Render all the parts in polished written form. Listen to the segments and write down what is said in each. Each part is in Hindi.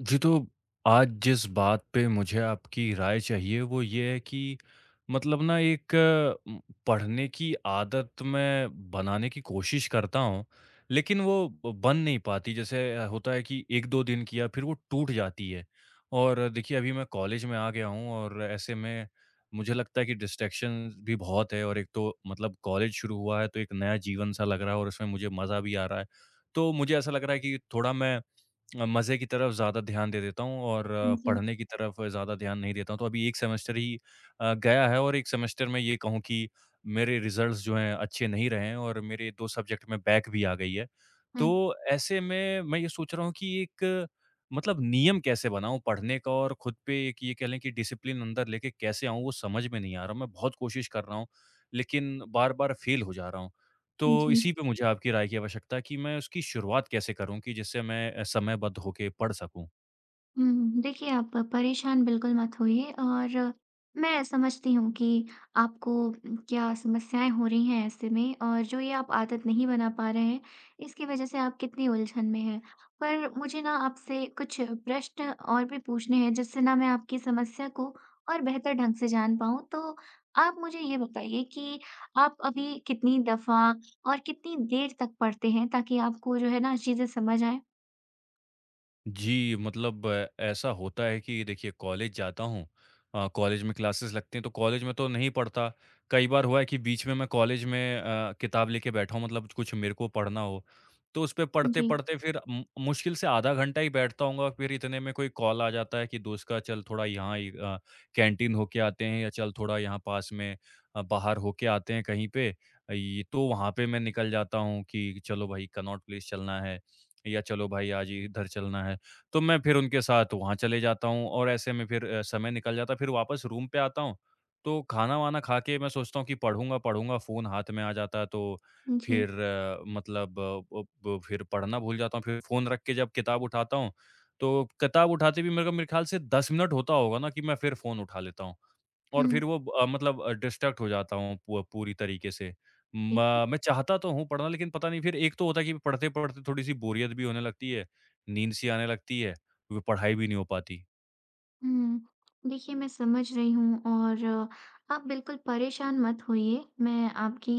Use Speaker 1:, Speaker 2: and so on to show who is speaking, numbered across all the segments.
Speaker 1: जी, तो आज जिस बात पे मुझे आपकी राय चाहिए वो ये है कि मतलब ना एक उम, पढ़ने की आदत मैं बनाने की कोशिश करता हूँ, लेकिन वो ब बन नहीं पाती। जैसे होता है कि 1-2 दिन किया, फिर वो टूट जाती है। और देखिए, अभी मैं कॉलेज में आ गया हूँ, और ऐसे में मुझे लगता है कि डिस्ट्रैक्शंस भी बहुत है, और एक तो मतलब कॉलेज शुरू हुआ है, तो एक नया जीवन सा लग रहा है, और उसमें मुझे मज़ा भी आ रहा है। तो मुझे ऐसा लग रहा है कि थोड़ा मैं मज़े की तरफ ज़्यादा ध्यान दे देता हूँ, और
Speaker 2: जी,
Speaker 1: पढ़ने की तरफ ज़्यादा ध्यान नहीं देता हूँ। तो अभी 1 सेमेस्टर ही गया है, और 1 सेमेस्टर में ये कहूँ कि मेरे रिज़ल्ट्स जो हैं अच्छे नहीं रहे हैं, और मेरे 2 सब्जेक्ट में बैक भी आ गई है। तो ऐसे में मैं ये सोच रहा हूँ कि एक मतलब नियम कैसे बनाऊँ पढ़ने का, और खुद पे एक ये कह लें कि डिसिप्लिन अंदर लेके कैसे आऊँ, वो समझ में नहीं आ रहा। मैं बहुत कोशिश कर रहा हूँ, लेकिन बार-बार फ़ेल हो जा रहा हूँ। तो
Speaker 2: जी।
Speaker 1: इसी पे मुझे आपकी राय की आवश्यकता है कि मैं उसकी शुरुआत कैसे करूँ, कि जिससे मैं समयबद्ध होके पढ़ सकूँ?
Speaker 2: हुँ, देखिए आप परेशान बिल्कुल मत होइए और मैं समझती हूँ कि आपको क्या समस्याएँ हो रही हैं ऐसे में और जो ये आप आदत नहीं बना पा रहे हैं, इसकी वज़ह से आप कितनी उलझन में हैं। पर मुझे ना आपसे कुछ प्रश्न और भी पूछने हैं जिससे ना मैं आपकी समस्या को और बेहतर ढंग से जान पाऊँ। तो आप मुझे ये बताइए कि आप अभी कितनी दफ़ा और कितनी देर तक पढ़ते हैं ताकि आपको जो है ना चीज़ें समझ आएँ?
Speaker 1: जी, मतलब ऐसा होता है कि देखिए कॉलेज जाता हूँ, कॉलेज में क्लासेस लगती हैं, तो कॉलेज में तो नहीं पढ़ता। कई बार हुआ है कि बीच में मैं कॉलेज में किताब लेके बैठा हूँ, मतलब कुछ मेरे को पढ़ना हो, तो उस पे
Speaker 2: जी।
Speaker 1: पढ़ते-पढ़ते फिर मु मुश्किल से आधा घंटा ही बैठता होऊँगा, फिर इतने में कोई कॉल आ जाता है कि दोस्त का, चल थोड़ा यहाँ ही कैंटीन होके आते हैं, या चल थोड़ा यहाँ पास में बाहर होके आते हैं कहीं पे। ये तो वहाँ पे मैं निकल जाता हूँ कि चलो भाई कनॉट प्लेस चलना है, या चलो भाई आज इधर चलना है। तो मैं फिर उनके साथ वहाँ चले जाता हूँ, और ऐसे में फिर समय निकल जाता है। फिर वापस रूम पे आता हूँ, तो खाना-वाना खा के मैं सोचता हूँ कि पढ़ूँगा, पढ़ूँगा, फ़ोन हाथ में आ जाता है, तो
Speaker 2: जी,
Speaker 1: फिर मतलब अ, ब फिर पढ़ना भूल जाता हूँ। फिर फ़ोन रख के जब किताब उठाता हूँ, तो किताब उठाते भी मेरे को मेरे ख़्याल से 10 मिनट होता होगा ना, कि मैं फिर फ़ोन उठा लेता हूँ। और
Speaker 2: हुँ,
Speaker 1: फिर वो मतलब डिस्ट्रैक्ट हो जाता हूँ पू पूरी तरीके से।
Speaker 2: ठीक है।
Speaker 1: म मैं चाहता तो हूँ पढ़ना, लेकिन पता नहीं, फिर एक तो होता है कि पढ़ते-पढ़ते थोड़ी-सी बोरियत भी होने लगती है, नींद-सी आने लगती है, वो पढ़ाई भी नहीं हो पाती।
Speaker 2: हुँ, देखिए मैं समझ रही हूँ और आप बिल्कुल परेशान मत होइए। मैं आपकी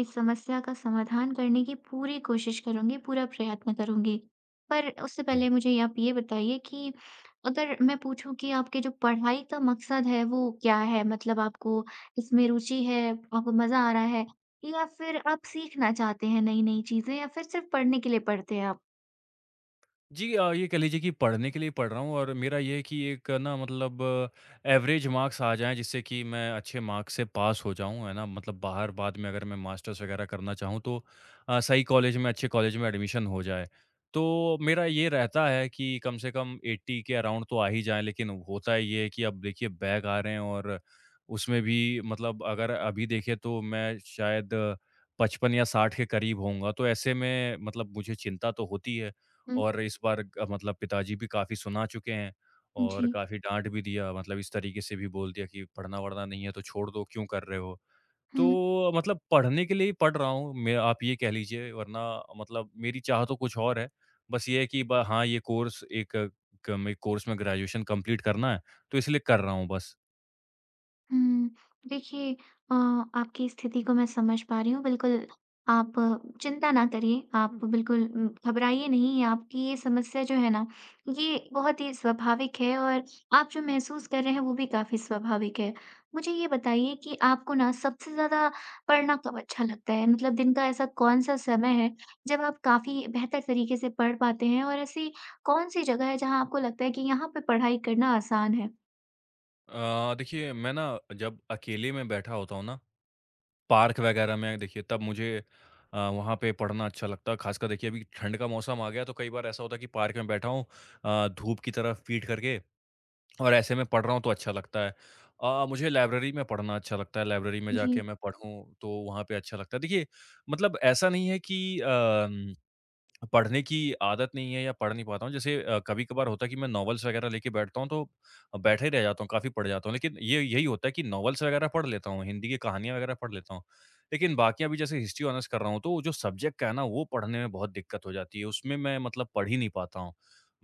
Speaker 2: इस समस्या का समाधान करने की पूरी कोशिश करूँगी, पूरा प्रयत्न करूँगी। पर उससे
Speaker 1: जी।
Speaker 2: पहले मुझे आप ये बताइए कि अगर मैं पूछूँ कि आपके जो पढ़ाई का मकसद है वो क्या है? मतलब आपको इसमें रुचि है, आपको मज़ा आ रहा है या फिर आप सीखना चाहते हैं नई-नई चीज़ें या फिर सिर्फ़ पढ़ने के लिए पढ़ते हैं आप?
Speaker 1: जी, ये कह लीजिए कि पढ़ने के लिए पढ़ रहा हूँ, और मेरा ये है कि एक ना मतलब एवरेज मार्क्स आ जाएँ, जिससे कि मैं अच्छे मार्क्स से पास हो जाऊँ, है ना? मतलब बाहर बाद में अगर मैं मास्टर्स वगैरह करना चाहूँ, तो सही कॉलेज में, अच्छे कॉलेज में एडमिशन हो जाए। तो मेरा ये रहता है कि कम से कम 80 के अराउंड तो आ ही जाएँ, लेकिन होता ये है कि अब देखिए बैक आ रहे हैं, और उसमें भी मतलब अगर अभी देखें तो मैं शायद 55 या 60 के करीब होऊँगा। तो ऐसे में मतलब मुझे चिंता तो होती है।
Speaker 2: हुँ,
Speaker 1: और इस बार मतलब पिताजी भी काफ़ी सुना चुके हैं,
Speaker 2: जी,
Speaker 1: और काफ़ी डाँट भी दिया, मतलब इस तरीके से भी बोल दिया कि पढ़ना-वढ़ना नहीं है तो छोड़ दो, क्यों कर रहे हो?
Speaker 2: हुँ।
Speaker 1: तो मतलब पढ़ने के लिए ही पढ़ रहा हूँ मैं, आप ये कह लीजिए, वरना मतलब मेरी चाह तो कुछ और है। बस ये है कि ब हाँ, ये कोर्स एक क में कोर्स में ग्रेजुएशन कंप्लीट करना है, तो इसलिए कर रहा हूँ बस।
Speaker 2: हुँ, देखिए आपकी स्थिति को मैं समझ पा रही हूँ। बिल्कुल, आप चिंता ना करिए, आप बिल्कुल घबराइए नहीं। आपकी ये समस्या जो है ना, ये बहुत ही स्वाभाविक है और आप जो महसूस कर रहे हैं, वो भी काफ़ी स्वाभाविक है। मुझे ये बताइए कि आपको ना सबसे ज़्यादा पढ़ना कब अच्छा लगता है? मतलब दिन का ऐसा कौन-सा समय है, जब आप काफ़ी बेहतर तरीके से पढ़ पाते हैं और ऐसी कौन-सी जगह है, जहाँ आपको लगता है कि यहाँ पे पढ़ाई करना आसान है?
Speaker 1: देखिए, मैं ना जब अकेले में बैठा होता हूँ ना, पार्क वगैरह में, देखिए तब मुझे वहाँ पे पढ़ना अच्छा लगता है। ख़ासकर देखिए, अभी ठंड का मौसम आ गया, तो कई बार ऐसा होता है कि पार्क में बैठा हूँ, धूप की तरफ पीठ करके, और ऐसे में पढ़ रहा हूँ, तो अच्छा लगता है। मुझे लाइब्रेरी में पढ़ना अच्छा लगता है, लाइब्रेरी में
Speaker 2: जी,
Speaker 1: जाके मैं पढ़ूँ तो वहाँ पे अच्छा लगता है। देखिए, मतलब ऐसा नहीं है कि अम पढ़ने की आदत नहीं है या पढ़ नहीं पाता हूँ। जैसे कभी-कभार होता है कि मैं नॉवेल्स वगैरह लेके बैठता हूँ, तो बैठा ही रह जाता हूँ, काफ़ी पढ़ जाता हूँ। लेकिन ये यही होता है कि नॉवेल्स वगैरह पढ़ लेता हूँ, हिंदी की कहानियाँ वगैरह पढ़ लेता हूँ। लेकिन बाकी अभी जैसे हिस्ट्री ऑनर्स कर रहा हूँ, तो वो जो सब्जेक्ट का है ना, वो पढ़ने में बहुत दिक्कत हो जाती है। उसमें मैं मतलब पढ़ ही नहीं पाता हूँ,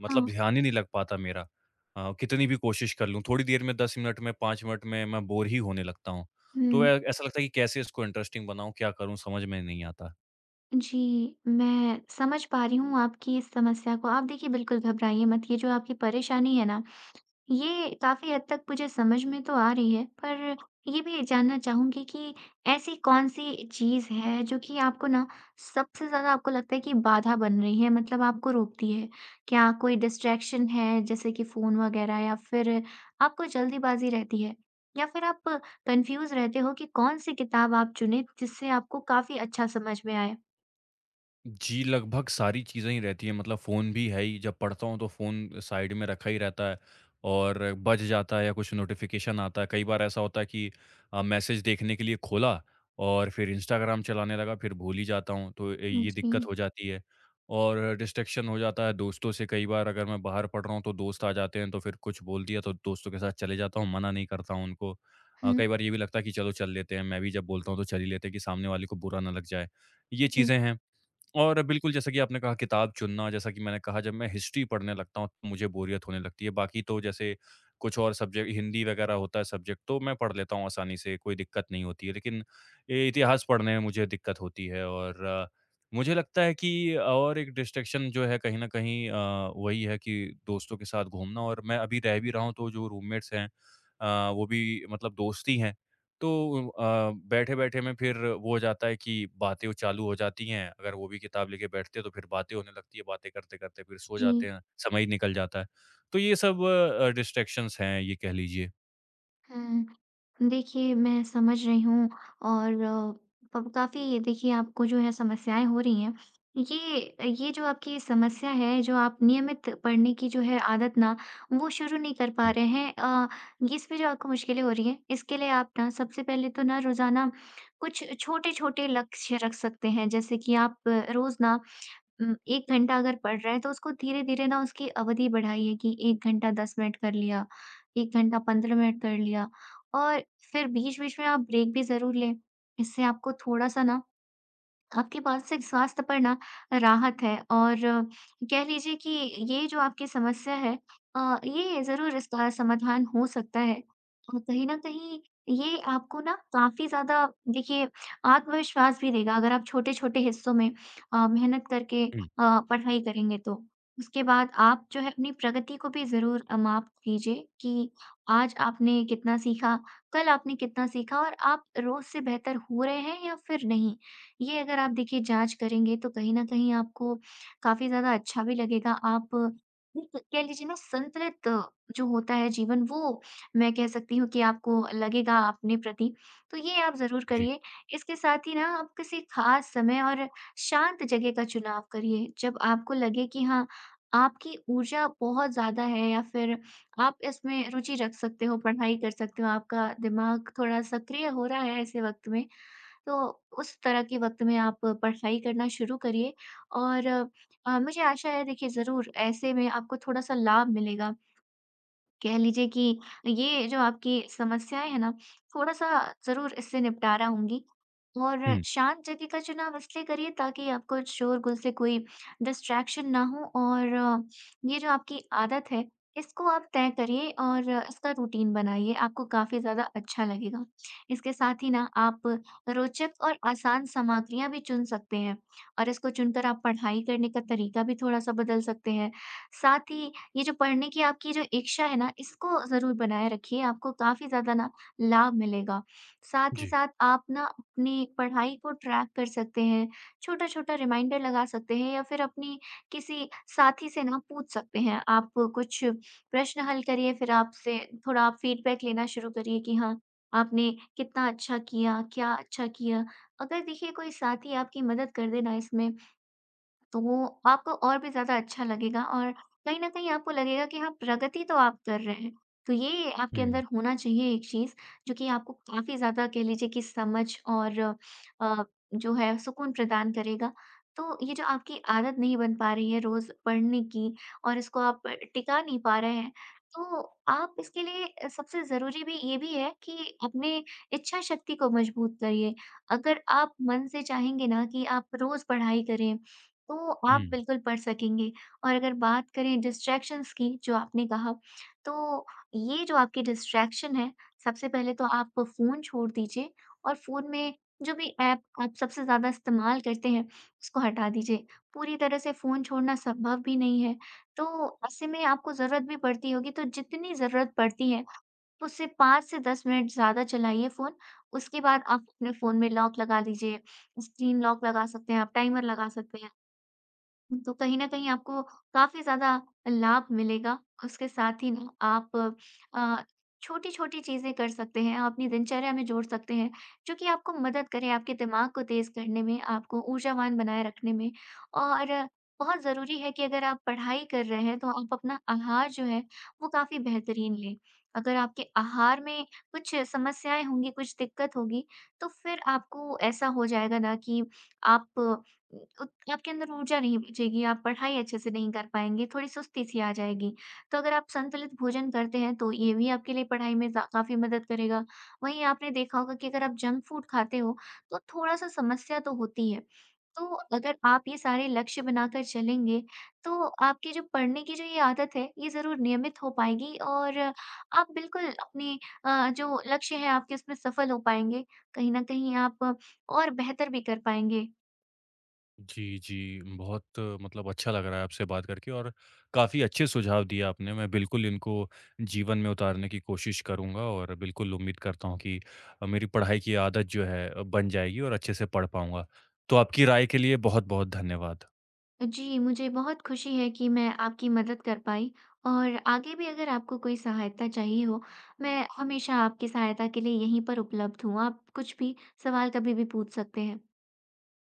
Speaker 1: मतलब
Speaker 2: हाँ।
Speaker 1: ध्यान ही नहीं लग पाता मेरा। कितनी भी कोशिश कर लूँ, थोड़ी देर में, 10 मिनट में, 5 मिनट में मैं बोर ही होने लगता हूँ। तो
Speaker 2: हुँ।
Speaker 1: ऐ ऐसा लगता है कि कैसे इसको इंटरेस्टिंग बनाऊँ, क्या करूँ, समझ में नहीं आता।
Speaker 2: जी, मैं समझ पा रही हूँ आपकी इस समस्या को। आप देखिए बिल्कुल घबराइए मत, ये जो आपकी परेशानी है ना, ये काफ़ी हद तक मुझे समझ में तो आ रही है। पर ये भी जानना चाहूँगी कि ऐसी कौन-सी चीज़ है जो कि आपको ना सबसे ज़्यादा आपको लगता है कि बाधा बन रही है मतलब आपको रोकती है? क्या कोई डिस्ट्रैक्शन है जैसे कि फ़ोन वग़ैरह या फिर आपको जल्दीबाज़ी रहती है? या फिर आप कन्फ्यूज़ रहते हो कि कौन-सी किताब आप चुनें जिससे आपको काफ़ी अच्छा समझ में आए?
Speaker 1: जी, लगभग सारी चीज़ें ही रहती हैं, मतलब फ़ोन भी है ही, जब पढ़ता हूँ तो फ़ोन साइड में रखा ही रहता है, और बज जाता है या कुछ नोटिफ़िकेशन आता है। कई बार ऐसा होता है कि मैसेज देखने के लिए खोला, और फिर इंस्टाग्राम चलाने लगा, फिर भूल ही जाता हूँ, तो ये
Speaker 2: जी।
Speaker 1: दिक्कत हो जाती है। और डिस्ट्रैक्शन हो जाता है दोस्तों से, कई बार अगर मैं बाहर पढ़ रहा हूँ, तो दोस्त आ जाते हैं, तो फिर कुछ बोल दिया, तो दोस्तों के साथ चले जाता हूँ, मना नहीं करता हूँ उनको।
Speaker 2: हुँ।
Speaker 1: कई बार ये भी लगता है कि चलो चल लेते हैं, मैं भी जब बोलता हूँ तो चल ही लेते हैं कि सामने वाले को बुरा ना लग जाए। ये
Speaker 2: जी,
Speaker 1: चीज़ें हैं। और बिल्कुल, जैसा कि आपने कहा किताब चुनना, जैसा कि मैंने कहा, जब मैं हिस्ट्री पढ़ने लगता हूँ तो मुझे बोरियत होने लगती है, बाकी तो जैसे कुछ और सब्जेक्ट, हिंदी वगैरह होता है सब्जेक्ट, तो मैं पढ़ लेता हूँ आसानी से, कोई दिक्कत नहीं होती है, लेकिन ये इतिहास पढ़ने में मुझे दिक्कत होती है। और मुझे लगता है कि और एक डिस्ट्रैक्शन जो है कहीं ना कहीं, वही है कि दोस्तों के साथ घूमना, और मैं अभी रह भी रहा हूँ तो जो रूममेट्स हैं, वो भी मतलब दोस्त ही हैं, तो बैठे-बैठे में फिर वो हो जाता है कि बातें वो चालू हो जाती हैं, अगर वो भी किताब लेके बैठते हैं तो फिर बातें होने लगती है, बातें करते-करते फिर सो
Speaker 2: जी।
Speaker 1: जाते हैं, समय ही निकल जाता है। तो ये सब डिस्ट्रैक्शंस हैं, ये कह लीजिए।
Speaker 2: हुँ। देखिए, मैं समझ रही हूँ और प काफ़ी देखिए आपको जो है समस्याएँ हो रही हैं। ये जो आपकी समस्या है, जो आप नियमित पढ़ने की जो है आदत ना, वो शुरू नहीं कर पा
Speaker 1: हुँ,
Speaker 2: रहे हैं, ये इसमें जो आपको मुश्किलें हो रही हैं, इसके लिए आप ना सबसे पहले तो ना रोज़ाना कुछ छोटे-छोटे लक्ष्य रख सकते हैं। जैसे कि आप रोज़ ना 1 घंटा अगर पढ़ रहा है तो उसको धीरे-धीरे ना उसकी अवधि बढ़ाइए कि 1 घंटा 10 मिनट कर लिया, 1 घंटा 15 मिनट कर लिया और फिर बीच-बीच में आप ब्रेक भी ज़रूर लें। इससे आपको थोड़ा-सा ना आपके मानसिक स्वास्थ्य पर ना राहत है और कह लीजिए कि ये जो आपकी समस्या है, ये ज़रूर इसका समाधान हो सकता है। और कहीं न कहीं ये आपको ना काफ़ी ज़्यादा देखिए आत्मविश्वास भी देगा अगर आप छोटे-छोटे हिस्सों में मेहनत करके
Speaker 1: हुँ,
Speaker 2: पढ़ाई करेंगे तो। उसके बाद आप जो है अपनी प्रगति को भी ज़रूर माप कीजिए कि आज आपने कितना सीखा, कल आपने कितना सीखा और आप रोज़ से बेहतर हो रहे हैं या फिर नहीं। ये अगर आप देखिए जाँच करेंगे तो कहीं न कहीं आपको काफ़ी ज़्यादा अच्छा भी लगेगा। आप एक कह लीजिए ना संतुलित जो होता है जीवन वो मैं कह सकती हूँ कि आपको लगेगा अपने प्रति। तो ये आप ज़रूर
Speaker 1: जी।
Speaker 2: करिए। इसके साथ ही ना आप किसी ख़ास समय और शांत जगह का चुनाव करिए। जब आपको लगे कि हाँ, आपकी ऊर्जा बहुत ज़्यादा है या फिर आप इसमें रुचि रख सकते हो, पढ़ाई कर सकते हो, आपका दिमाग थोड़ा सक्रिय हो रहा है ऐसे वक़्त में, तो उस तरह के वक़्त में आप पढ़ाई करना शुरू करिए और मुझे आशा है देखिए ज़रूर ऐसे में आपको थोड़ा-सा लाभ मिलेगा। कह लीजिए कि ये जो आपकी समस्याएँ हैं ना, थोड़ा-सा ज़रूर इससे निपटारा होंगी। और
Speaker 1: हुँ,
Speaker 2: शांत जगह का चुनाव इसलिए करिए ताकि आपको शोरगुल से कोई डिस्ट्रैक्शन ना हो और ये जो आपकी आदत है, इसको आप तय करिए और इसका रूटीन बनाइए, आपको काफ़ी ज़्यादा अच्छा लगेगा। इसके साथ ही ना आप रोचक और आसान सामग्रियाँ भी चुन सकते हैं और इसको चुनकर आप पढ़ाई करने का तरीका भी थोड़ा-सा बदल सकते हैं। साथ ही ये जो पढ़ने की आपकी जो इच्छा है ना, इसको ज़रूर बनाए रखिए, आपको काफ़ी ज़्यादा ना लाभ मिलेगा। साथ ही
Speaker 1: जी।
Speaker 2: साथ आप ना अपनी पढ़ाई को ट्रैक कर सकते हैं, छोटा-छोटा रिमाइंडर लगा सकते हैं या फिर अपनी किसी साथी से ना पूछ सकते हैं। आप कुछ प्रश्न हल करिए, फिर आपसे थोड़ा आप फीडबैक लेना शुरू करिए कि हाँ, आपने कितना अच्छा किया, क्या अच्छा किया। अगर देखिए कोई साथी आपकी मदद कर दे ना इसमें तो आपको और भी ज़्यादा अच्छा लगेगा और कहीं न कहीं आपको लगेगा कि हाँ, प्रगति तो आप कर रहे हैं। तो ये आपके
Speaker 1: हुँ,
Speaker 2: अंदर होना चाहिए एक चीज़, जो कि आपको काफ़ी ज़्यादा कह लीजिए कि समझ और अ, जो है सुकून प्रदान करेगा। तो ये जो आपकी आदत नहीं बन पा रही है रोज़ पढ़ने की और इसको आप टिका नहीं पा रहे हैं, तो आप इसके लिए सबसे ज़रूरी भी ये भी है कि अपने इच्छा शक्ति को मजबूत करिए। अगर आप मन से चाहेंगे ना कि आप रोज़ पढ़ाई करें, तो आप
Speaker 1: हुँ।
Speaker 2: बिल्कुल पढ़ सकेंगे और अगर बात करें डिस्ट्रैक्शंस की जो आपने कहा, तो ये जो आपके डिस्ट्रैक्शन है, सबसे पहले तो आप फ़ोन छोड़ दीजिए और फ़ोन में जो भी ऐप आप सबसे ज़्यादा इस्तेमाल करते हैं, उसको हटा दीजिए। पूरी तरह से फ़ोन छोड़ना संभव भी नहीं है, तो ऐसे में आपको ज़रूरत भी पड़ती होगी, तो जितनी ज़रूरत पड़ती है, उससे 5 से 10 मिनट ज़्यादा चलाइए फ़ोन। उसके बाद आप अपने फ़ोन में लॉक लगा दीजिए, स्क्रीन लॉक लगा सकते हैं आप, टाइमर लगा सकते हैं। तो कहीं न कहीं आपको काफ़ी ज़्यादा लाभ मिलेगा। उसके साथ ही ना आप अ, छोटी-छोटी चीज़ें कर सकते हैं, अपनी दिनचर्या में जोड़ सकते हैं, जो कि आपको मदद करे आपके दिमाग को तेज़ करने में, आपको ऊर्जावान बनाए रखने में। और बहुत ज़रूरी है कि अगर आप पढ़ाई कर रहे हैं, तो आप अपना आहार जो है, वो काफ़ी बेहतरीन लें। अगर आपके आहार में कुछ समस्याएँ होंगी, कुछ दिक्कत होगी, तो फिर आपको ऐसा हो जाएगा ना कि आप उत आपके अंदर ऊर्जा नहीं बचेगी, आप पढ़ाई अच्छे से नहीं कर पाएँगे, थोड़ी सुस्ती सी आ जाएगी। तो अगर आप संतुलित भोजन करते हैं तो ये भी आपके लिए पढ़ाई में ज़ा काफ़ी मदद करेगा। वहीं आपने देखा होगा कि अगर आप जंक फूड खाते हो तो थोड़ा-सा समस्या तो होती है। तो अगर आप ये सारे लक्ष्य बनाकर चलेंगे तो आपकी जो पढ़ने की जो ये आदत है, ये ज़रूर नियमित हो पाएगी और आप बिल्कुल अपने जो लक्ष्य है आपके उसमें सफल हो पाएँगे। कहीं न कहीं आप और बेहतर भी कर पाएँगे।
Speaker 1: जी, जी। बहुत मतलब अच्छा लग रहा है आपसे बात करके, और काफ़ी अच्छे सुझाव दिए आपने। मैं बिल्कुल इनको जीवन में उतारने की कोशिश करूँगा, और बिल्कुल उम्मीद करता हूँ कि मेरी पढ़ाई की आदत जो है बन जाएगी और अच्छे से पढ़ पाऊँगा। तो आपकी राय के लिए बहुत-बहुत धन्यवाद।
Speaker 2: जी, मुझे बहुत खुशी है कि मैं आपकी मदद कर पाई और आगे भी अगर आपको कोई सहायता चाहिए हो, मैं हमेशा आपकी सहायता के लिए यहीं पर उपलब्ध हूँ। आप कुछ भी सवाल कभी भी पूछ सकते हैं।